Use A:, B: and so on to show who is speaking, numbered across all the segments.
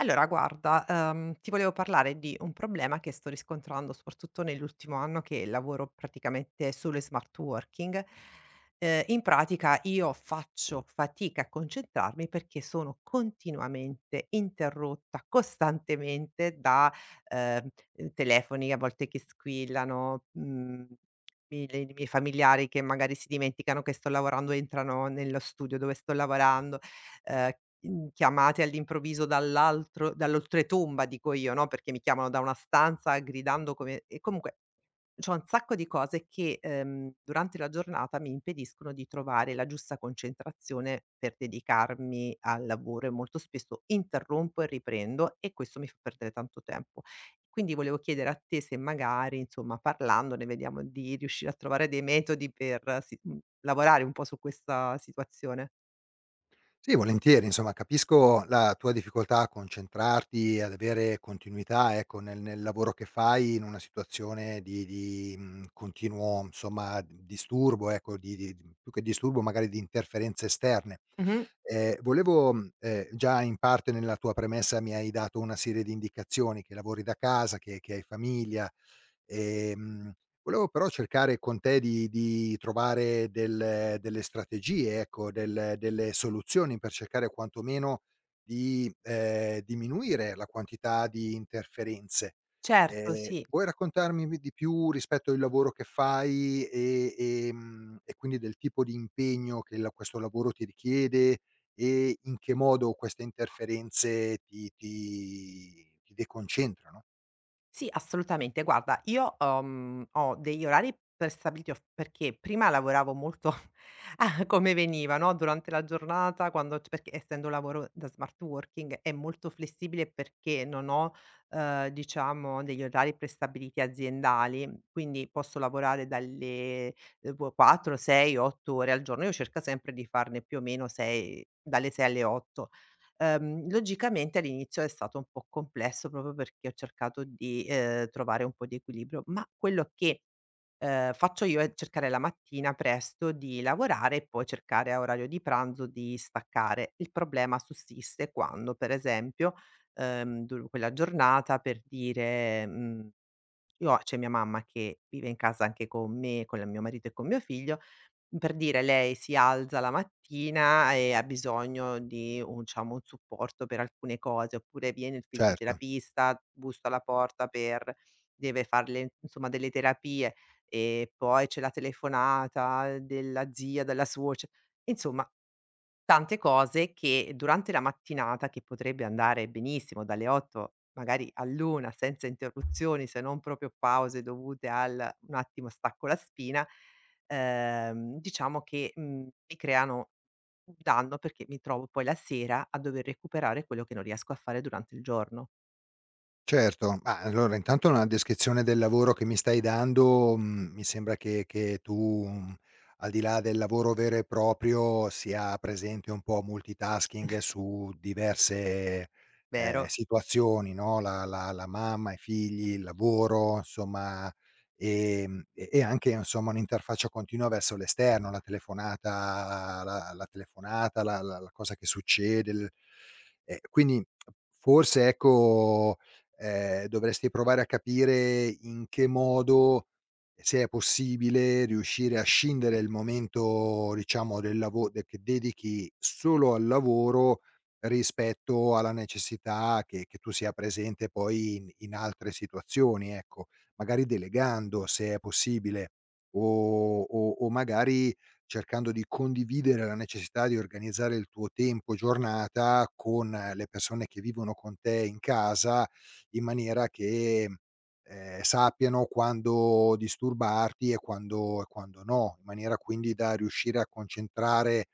A: Allora guarda, ti volevo parlare di un problema che sto riscontrando soprattutto nell'ultimo anno che lavoro praticamente sulle smart working. In pratica io faccio fatica a concentrarmi perché sono continuamente interrotta, costantemente da, ehm, telefoni a volte che squillano, i miei familiari che magari si dimenticano che sto lavorando, entrano nello studio dove sto lavorando, ehm, chiamate all'improvviso dall'oltretomba dico io, no, perché mi chiamano da una stanza gridando come e comunque c'ho un sacco di cose che, durante la giornata mi impediscono di trovare la giusta concentrazione per dedicarmi al lavoro, e molto spesso interrompo e riprendo e questo mi fa perdere tanto tempo. Quindi volevo chiedere a te se magari, insomma, parlandone vediamo di riuscire a trovare dei metodi per lavorare un po' su questa situazione.
B: Sì, volentieri. Insomma, capisco la tua difficoltà a concentrarti, ad avere continuità, ecco, nel lavoro che fai in una situazione di continuo, insomma, disturbo, ecco, di più che disturbo magari di interferenze esterne.
A: Mh-mh.
B: Già in parte nella tua premessa mi hai dato una serie di indicazioni, che lavori da casa, che hai famiglia, ehm volevo però cercare con te di trovare delle strategie, ecco, delle soluzioni per cercare quantomeno di diminuire la quantità di interferenze.
A: Certo, sì.
B: Puoi raccontarmi mi di più rispetto il lavoro che fai e quindi del tipo di impegno che la questo lavoro ti richiede e in che modo queste interferenze ti deconcentrano?
A: Sì, assolutamente. Guarda, io ho ho degli orari prestabiliti of perché prima lavoravo molto a come veniva, no, durante la giornata quando c perché essendo un lavoro da smart working è molto flessibile perché non ho, diciamo, degli orari prestabiliti aziendali, quindi posso lavorare dalle, qu 4, 6, 8 ore al giorno. Io cerco sempre di farne più o meno 6, dalle 6 alle 8. Logicamente all'inizio è stato un po' complesso proprio perché ho cercato di, trovare un po' di equilibrio, ma quello che, faccio io è cercare la mattina presto di lavorare e poi cercare a orario di pranzo di staccare. Il problema sussiste quando, per esempio, dur quella giornata per dire, mhmm io ho c'è mia mamma che vive in casa anche con me, con la mio marito e con mio figlio, per dire lei si alza la mattina e ha bisogno di un, diciamo, un supporto per alcune cose, oppure viene il
B: Certo.
A: fisioterapista, bussa alla porta per deve far le, insomma, delle terapie, e poi c'è la telefonata della zia, della suoce insomma. Tante cose che durante la mattinata, che potrebbe andare benissimo dalle 8 magari all'1 senza interruzioni, se non proprio pause dovute al: "Un attimo stacco la spina", diciamo che, mi creano un danno perché mi trovo poi la sera a dover recuperare quello che non riesco a fare durante il giorno.
B: Certo, ma allora intanto una descrizione del lavoro che mi stai dando, mi sembra che tu, mhmm, al di là del lavoro vero e proprio, sia presente un po' multitasking su diverse,
A: Vero?
B: situazioni, no, la mamma, i figli, il lavoro, insomma, e anche, insomma, un'interfaccia continua verso l'esterno, la telefonata, la telefonata, la cosa che succede, l quindi forse, ecco, dovresti provare a capire in che modo, se è possibile, riuscire a scindere il momento, diciamo, del lavo de che dedichi solo al lavoro, rispetto alla necessità che tu sia presente poi in altre situazioni, ecco. Magari delegando, se è possibile, o magari cercando di condividere la necessità di organizzare il tuo tempo giornata con le persone che vivono con te in casa, in maniera che, sappiano quando disturbarti e quando no, in maniera quindi da riuscire a concentrare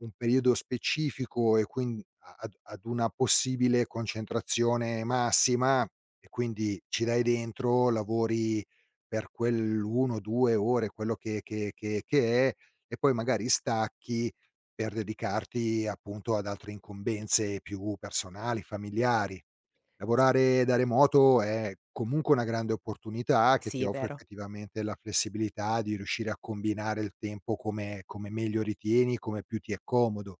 B: un periodo specifico e quin a ad ad una possibile concentrazione massima e quindi ci dai dentro, lavori per quell'1, 2 ore, quello che è, e poi magari stacchi per dedicarti appunto ad altre incombenze più personali, familiari. Lavorare da remoto è comunque una grande opportunità che ti
A: Sì, è
B: offre
A: vero.
B: effettivamente la flessibilità di riuscire a combinare il tempo come meglio ritieni, come più ti è comodo.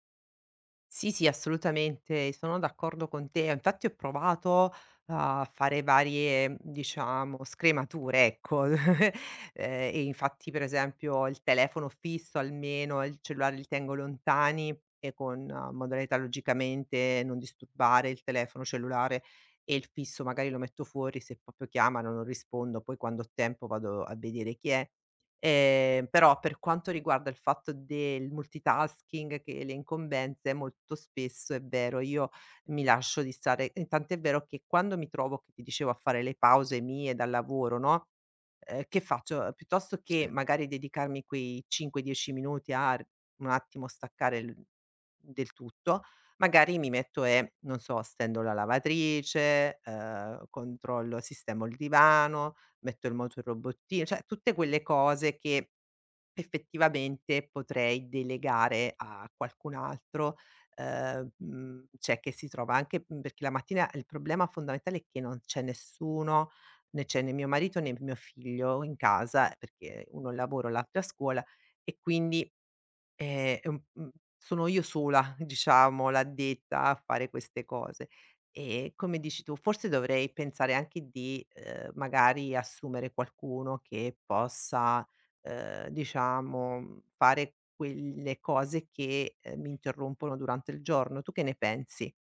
A: Sì, sì, assolutamente, sono d'accordo con te. Infatti ho provato a fare varie, diciamo, scremature, ecco. E infatti, per esempio, il telefono fisso almeno, il cellulare, li tengo lontani, e con modalità logicamente non disturbare il telefono cellulare, e il fisso magari lo metto fuori, se proprio chiamano non rispondo, poi quando ho tempo vado a vedere chi è. Però per quanto riguarda il fatto del multitasking, che le incombenze, molto spesso è vero, io mi lascio distare, e tant'è vero che quando mi trovo, che ti dicevo, a fare le pause mie dal lavoro, no, che faccio? Piuttosto che
B: Sì.
A: magari dedicarmi quei 5, 10 minuti a r un attimo staccare l del tutto, magari mi metto e, non so, stendo la lavatrice, controllo, sistemo il divano, metto in moto il robottino, cioè tutte quelle cose che effettivamente potrei delegare a qualcun altro, cioè che si trova anche, perché la mattina il problema fondamentale è che non c'è nessuno, né c'è né mio marito né mio figlio in casa, perché uno al lavoro, l'altro a scuola, e quindi è un sono io sola, diciamo, l'addetta a fare queste cose. E come dici tu, forse dovrei pensare anche di, magari assumere qualcuno che possa, diciamo, fare quelle cose che, mi interrompono durante il giorno. Tu che ne pensi?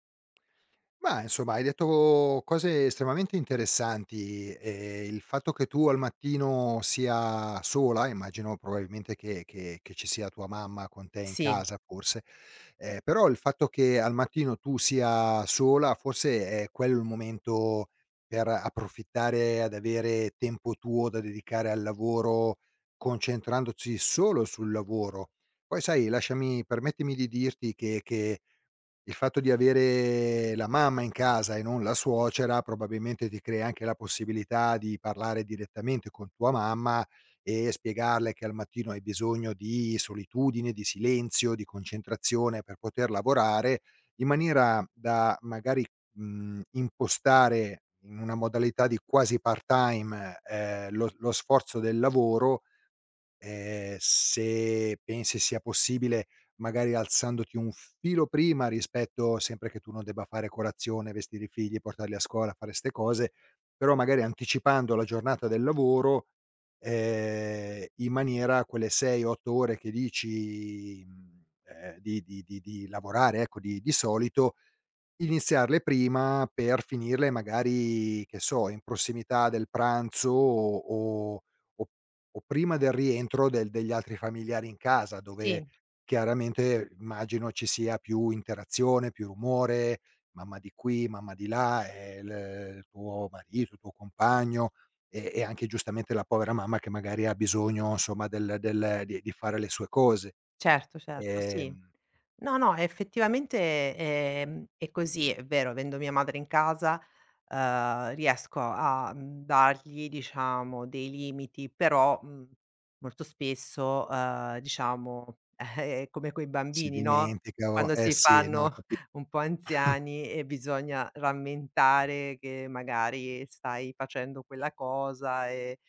B: Mah, insomma, hai detto cose estremamente interessanti. Ehm, il fatto che tu al mattino sia sola, immagino probabilmente che ci sia tua mamma con te in
A: Sì,
B: casa forse, però il fatto che al mattino tu sia sola forse è quello il momento per approfittare ad avere tempo tuo da dedicare al lavoro, concentrandosi solo sul lavoro. Poi sai, lasciami permettimi di dirti che il fatto di avere la mamma in casa e non la suocera probabilmente ti crea anche la possibilità di parlare direttamente con tua mamma e spiegarle che al mattino hai bisogno di solitudine, di silenzio, di concentrazione per poter lavorare, in maniera da magari, mhmm, impostare in una modalità di quasi part-time, lo sforzo del lavoro. Se pensi sia possibile, magari alzandoti un filo prima, rispetto sempre che tu non debba fare colazione, vestire i figli, portarli a scuola, fare 'ste cose, però magari anticipando la giornata del lavoro, in maniera quelle 6, 8 ore che dici, di lavorare, ecco, di solito, iniziarle prima per finirle magari, che so, in prossimità del pranzo o o prima del rientro del degli altri familiari in casa, dove
A: sì.
B: chiaramente immagino ci sia più interazione, più rumore, mamma di qui, mamma di là, e il tuo marito, il tuo compagno, e anche giustamente la povera mamma che magari ha bisogno, insomma, del del di fare le sue cose.
A: Certo, certo, sì.
B: Ehm,
A: No, no, effettivamente, è così, è vero, avendo mia madre in casa, riesco a, dargli, diciamo, dei limiti, però, molto spesso, diciamo, è come quei
B: si
A: bambini, no,
B: dimentica. O
A: quando
B: eh
A: si
B: sì, no.
A: fanno un po' anziani e bisogna rammentare che magari stai facendo quella cosa,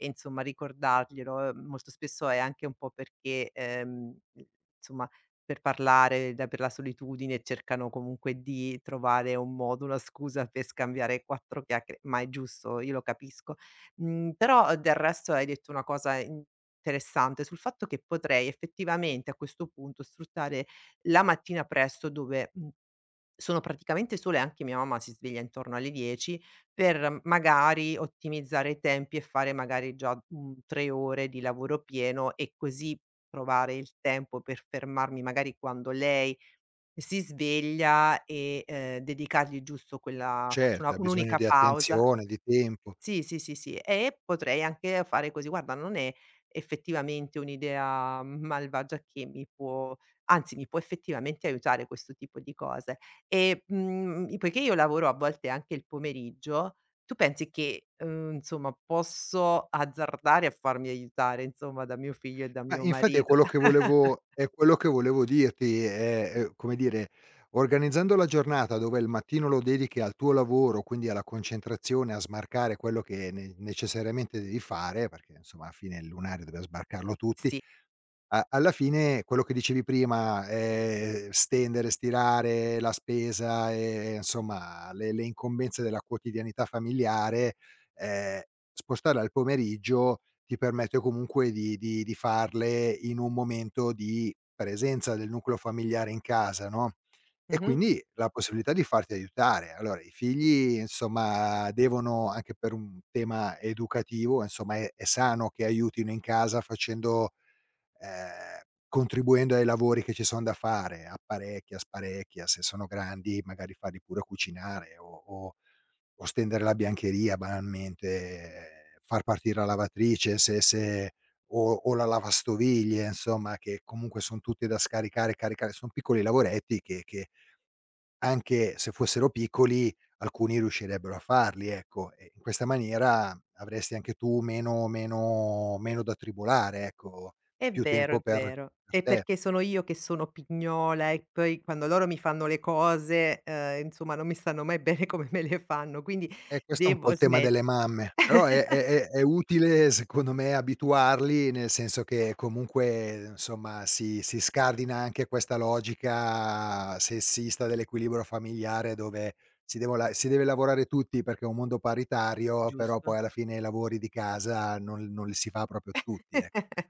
A: e insomma ricordarglielo, molto spesso è anche un po' perché, insomma, per parlare, da per la solitudine cercano comunque di trovare un modo, una scusa per scambiare 4 chiacchiere, ma è giusto, io lo capisco. Però del resto hai detto una cosa interessante sul fatto che potrei effettivamente a questo punto sfruttare la mattina presto dove, mhmm sono praticamente sola, e anche mia mamma si sveglia intorno alle 10, per magari ottimizzare i tempi e fare magari già, 3 ore di lavoro pieno, e così trovare il tempo per fermarmi magari quando lei si sveglia e, dedicargli giusto quella, faccio
B: Certo,
A: una
B: ha bisogno
A: un'unica
B: di
A: pausa.
B: attenzione, di tempo.
A: Sì, sì, sì, sì. E potrei anche fare così: "Guarda, non è effettivamente un'idea malvagia che mi può, anzi, mi può effettivamente aiutare questo tipo di cose". E, mhmm, i poiché io lavoro a volte anche il pomeriggio, tu pensi che, insomma, posso azzardare a farmi aiutare, insomma, da mio figlio e da
B: Ma
A: mio
B: infatti è
A: marito.
B: quello che volevo, è quello che volevo dirti. È, come dire, organizzando la giornata dove il mattino lo dedichi al tuo lavoro, quindi alla concentrazione, a smarcare quello che ne necessariamente devi fare, perché insomma alla fine il lunario deve sbarcarlo tutti.
A: Sì.
B: A Alla fine quello che dicevi prima, stendere, stirare, la spesa e, insomma, le incombenze della quotidianità familiare, ehm, spostarle al pomeriggio ti permette comunque di farle in un momento di presenza del nucleo familiare in casa, no, e
A: Mh-mh.
B: quindi la possibilità di farti aiutare. Allora i figli, insomma, devono, anche per un tema educativo, insomma è sano che aiutino in casa facendo, ehm, contribuendo ai lavori che ci son da fare, apparecchia, sparecchia, se sono grandi magari farli pure cucinare o o stendere la biancheria banalmente, far partire la lavatrice se o la lavastoviglie, insomma, che comunque son tutte da scaricare e caricare. Son piccoli lavoretti che anche se fossero piccoli, alcuni riuscirebbero a farli, ecco, e in questa maniera avresti anche tu meno da tribolare, ecco,
A: È
B: più
A: vero,
B: tempo
A: è
B: per
A: vero. E
B: te.
A: perché sono io che sono pignola e poi quando loro mi fanno le cose, insomma non mi stanno mai bene come me le fanno, quindi
B: Questo è un po'
A: devo
B: il tema
A: smet
B: delle mamme, però è è utile, secondo me, abituarli, nel senso che comunque insomma si scardina anche questa logica sessista dell'equilibrio familiare dove si devo la si deve lavorare tutti perché è un mondo paritario, però poi
A: giusto.
B: alla fine i lavori di casa non li si fa proprio tutti, ecco.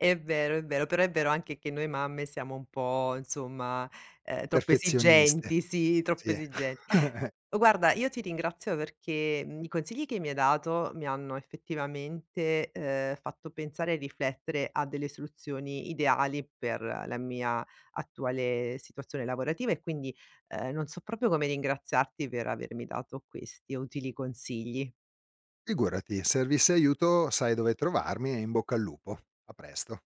A: È vero, però è vero anche che noi mamme siamo un po', insomma, troppo
B: Perfezioniste,
A: esigenti, sì, troppo
B: sì.
A: esigenti. Guarda, io ti ringrazio perché, mhmm, i consigli che mi hai dato mi hanno effettivamente, fatto pensare e riflettere a delle soluzioni ideali per la mia attuale situazione lavorativa e quindi, non so proprio come ringraziarti per avermi dato questi utili consigli.
B: Figurati, servisse aiuto sai dove trovarmi, e in bocca al lupo. A presto.